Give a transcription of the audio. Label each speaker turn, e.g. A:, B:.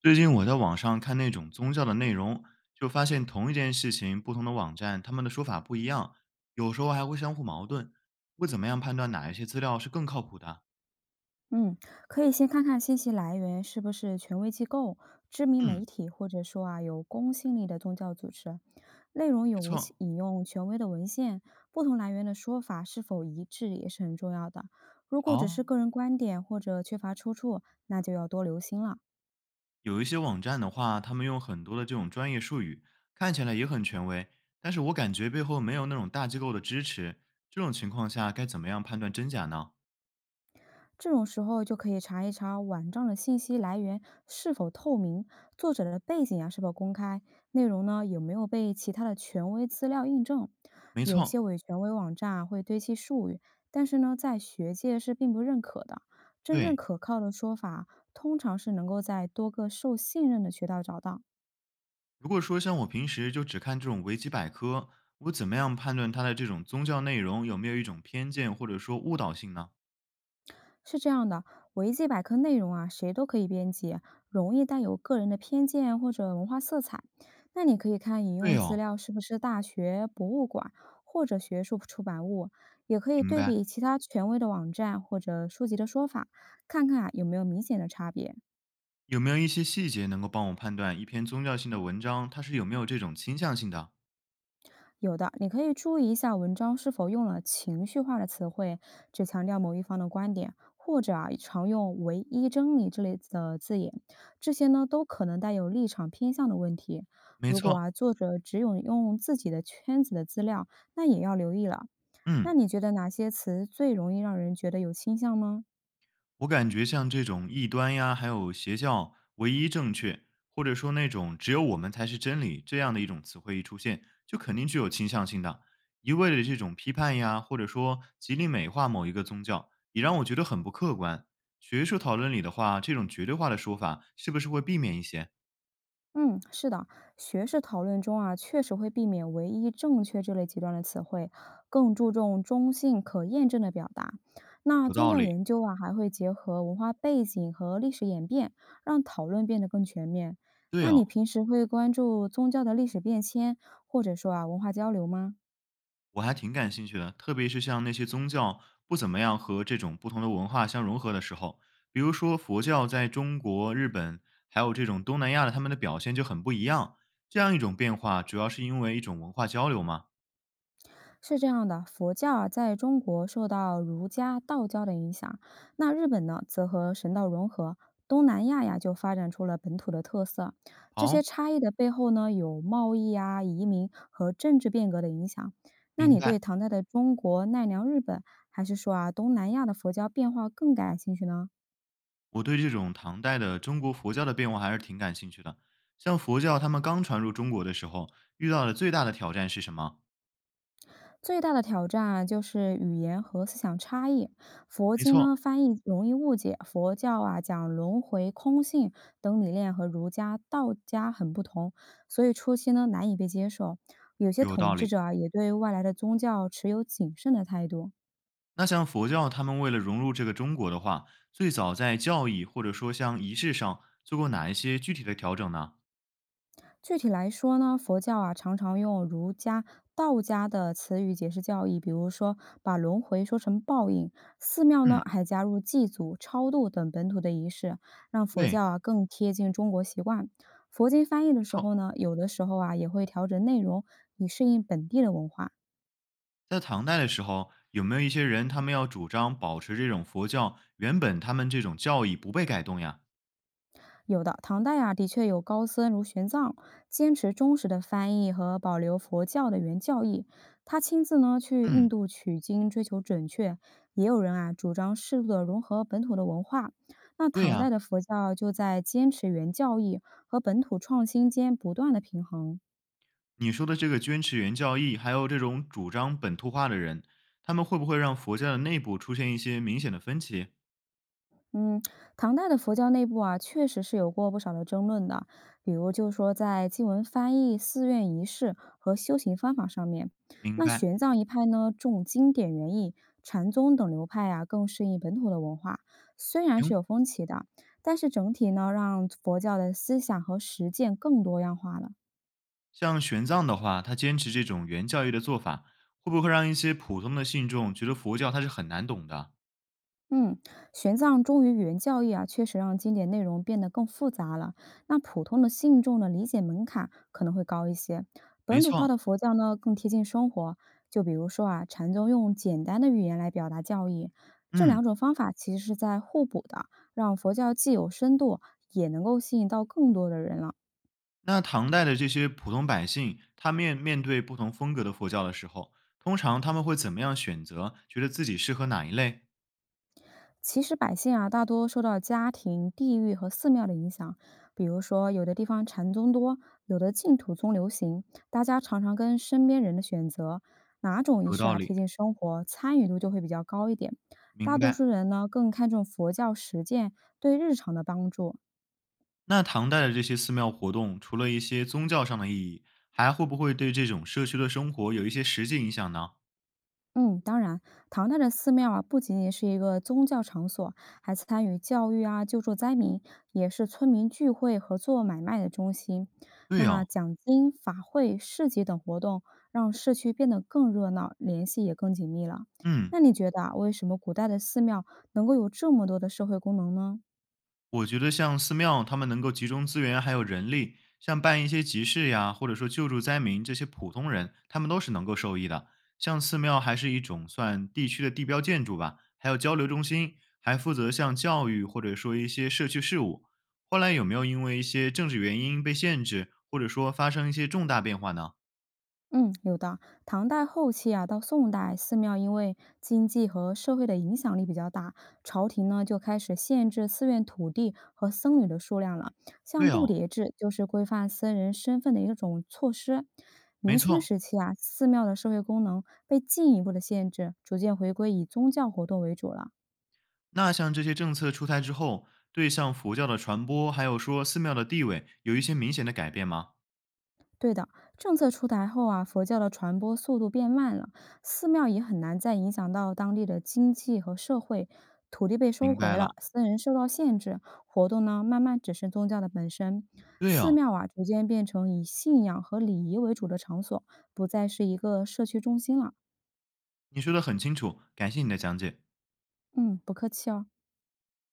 A: 最近我在网上看那种宗教的内容，就发现同一件事情，不同的网站他们的说法不一样，有时候还会相互矛盾。会怎么样判断哪一些资料是更靠谱的？
B: 嗯，可以先看看信息来源是不是权威机构、知名媒
A: 嗯，
B: 体，或者说有公信力的宗教组织，内容有
A: 没
B: 无其
A: 错。
B: 引用权威的文献，不同来源的说法是否一致也是很重要的。如果只是
A: 好，
B: 个人观点或者缺乏出处，那就要多留心了。
A: 有一些网站的话，他们用很多的这种专业术语，看起来也很权威，但是我感觉背后没有那种大机构的支持。这种情况下该怎么样判断真假呢？
B: 这种时候就可以查一查网站的信息来源是否透明，作者的背景是否公开，内容有没有被其他的权威资料印证。
A: 没
B: 有些
A: 错，
B: 伪权威网站会堆砌术语，但是在学界是并不认可的。真正
A: 对，
B: 可靠的说法，通常是能够在多个受信任的渠道找到。
A: 如果说像我平时就只看这种维基百科，我怎么样判断它的这种宗教内容有没有一种偏见或者说误导性呢？
B: 是这样的，维基百科内容，谁都可以编辑，容易带有个人的偏见或者文化色彩。那你可以看引用
A: 对
B: 资
A: 哦，
B: 料是不是大学、博物馆或者学术出版物，也可以
A: 明
B: 对
A: 白。
B: 比其他权威的网站或者书籍的说法，看看有没有明显的差别。
A: 有没有一些细节能够帮我判断一篇宗教性的文章它是有没有这种倾向性的？
B: 有的，你可以注意一下文章是否用了情绪化的词汇，只强调某一方的观点，或者常用“唯一真理”之类的字眼，这些都可能带有立场偏向的问题。
A: 没
B: 如果
A: 错，
B: 作者只有用自己的圈子的资料，那也要留意了。那
A: 嗯。
B: 你觉得哪些词最容易让人觉得有倾向吗？
A: 我感觉像这种异端呀，还有邪教唯一正确，或者说那种只有我们才是真理这样的一种词汇一出现，就肯定具有倾向性的。一味的这种批判呀，或者说极力美化某一个宗教，也让我觉得很不客观。学术讨论里的话，这种绝对化的说法是不是会避免一些？
B: 嗯，是的，学术讨论中，确实会避免“唯一正确”这类极端的词汇，更注重中性、可验证的表达。那
A: 有
B: 宗
A: 道
B: 教
A: 理。
B: 研究，还会结合文化背景和历史演变，让讨论变得更全面。
A: 对
B: 那
A: 哦，
B: 你平时会关注宗教的历史变迁，或者说，文化交流吗？
A: 我还挺感兴趣的，特别是像那些宗教不怎么样和这种不同的文化相融合的时候，比如说佛教在中国、日本，还有这种东南亚的，他们的表现就很不一样。这样一种变化，主要是因为一种文化交流吗？
B: 是这样的，佛教，在中国受到儒家、道教的影响，那日本呢，则和神道融合。东南亚呀，就发展出了本土的特色。这些
A: 好，
B: 差异的背后呢，有贸易、移民和政治变革的影响。那
A: 明
B: 你对
A: 白。
B: 唐代的中国、奈良、日本，还是说东南亚的佛教变化更感兴趣呢？
A: 我对这种唐代的中国佛教的变化还是挺感兴趣的。像佛教他们刚传入中国的时候，遇到的最大的挑战是什么？
B: 最大的挑战，就是语言和思想差异。佛
A: 没
B: 经
A: 错，
B: 呢，翻译容易误解；佛教，讲轮回、空性等理念和儒家、道家很不同，所以初期呢，难以被接受。有些
A: 有
B: 统
A: 道
B: 治
A: 理。
B: 者，也对外来的宗教持有谨慎的态度。
A: 那像佛教，他们为了融入这个中国的话，最早在教义或者说像仪式上做过哪一些具体的调整呢？
B: 具体来说呢，佛教常常用儒家、道家的词语解释教义，比如说把轮回说成报应。寺庙
A: 嗯，
B: 呢还加入祭祖、超度等本土的仪式，让佛
A: 对，没
B: 教更贴近中国习惯。佛经翻译的时
A: 错，
B: 候呢，有的时候也会调整内容，以适应本地的文化。
A: 在唐代的时候，有没有一些人他们要主张保持这种佛教原本他们这种教义不被改动呀？
B: 有的，唐代，的确有高僧如玄奘，坚持忠实的翻译和保留佛教的原教义。他亲自呢去印
A: 嗯，
B: 度取经，追求准确。也有人主张适度的融合本土的文化。那
A: 对
B: 唐
A: 呀，
B: 代的佛教就在坚持原教义和本土创新间不断的平衡。
A: 你说的这个坚持原教义，还有这种主张本土化的人，他们会不会让佛教的内部出现一些明显的分歧？
B: 嗯，唐代的佛教内部，确实是有过不少的争论的，比如就说在经文翻译、寺院仪式和修行方法上面，
A: 明
B: 那
A: 白，
B: 玄奘一派呢重经典原意，禅宗等流派更适应本土的文化，虽然是
A: 行。
B: 有分歧的，但是整体呢让佛教的思想和实践更多样化了。
A: 像玄奘的话，他坚持这种原教义的做法，会不会让一些普通的信众觉得佛教他是很难懂的？
B: 嗯，玄奘忠于原教义，确实让经典内容变得更复杂了。那普通的信众的理解门槛可能会高一些。
A: 没
B: 本土化
A: 错，
B: 的佛教呢，更贴近生活。就比如说，禅宗用简单的语言来表达教义，这
A: 嗯，
B: 两种方法其实是在互补的，让佛教既有深度，也能够吸引到更多的人了。
A: 那唐代的这些普通百姓，他面对不同风格的佛教的时候，通常他们会怎么样选择？觉得自己适合哪一类？
B: 其实百姓，大多受到家庭、地域和寺庙的影响。比如说，有的地方禅宗多，有的净土宗流行。大家常常跟身边人的选择，哪种仪
A: 有
B: 式
A: 道
B: 贴
A: 理，
B: 近生活，参与度就会比较高一点。大
A: 明
B: 多
A: 白。
B: 数人呢，更看重佛教实践对日常的帮助，
A: 那唐代的这些寺庙活动，除了一些宗教上的意义，还会不会对这种社区的生活有一些实际影响呢？
B: 嗯，当然，唐代的寺庙，不仅仅是一个宗教场所，还参与教育、救助灾民，也是村民聚会和做买卖的中心。
A: 对
B: 那
A: 哦，
B: 讲经、法会、市集等活动，让市区变得更热闹，联系也更紧密了。
A: 嗯，
B: 那你觉得，为什么古代的寺庙能够有这么多的社会功能呢？
A: 我觉得像寺庙，他们能够集中资源还有人力，像办一些集市呀，或者说救助灾民这些普通人，他们都是能够受益的。像寺庙还是一种算地区的地标建筑吧，还有交流中心，还负责像教育或者说一些社区事务。后来有没有因为一些政治原因被限制，或者说发生一些重大变化呢？
B: 嗯，有的。唐代后期，到宋代，寺庙因为经济和社会的影响力比较大，朝廷呢就开始限制寺院土地和僧侣的数量了。
A: 对
B: 像度
A: 哦，
B: 牒制就是规范僧人身份的一种措施。
A: 没
B: 明清
A: 错。
B: 时期，寺庙的社会功能被进一步的限制，逐渐回归以宗教活动为主了。
A: 那像这些政策出台之后，对像佛教的传播，还有说寺庙的地位，有一些明显的改变吗？
B: 对的，政策出台后，佛教的传播速度变慢了，寺庙也很难再影响到当地的经济和社会，土地被收
A: 明
B: 回
A: 白了。
B: 了，僧人受到限制，活动呢慢慢只是宗教的本身。
A: 对
B: 寺
A: 哦，
B: 庙，逐渐变成以信仰和礼仪为主的场所，不再是一个社区中心了。
A: 你说的很清楚，感谢你的讲解。
B: 嗯，不客气哦。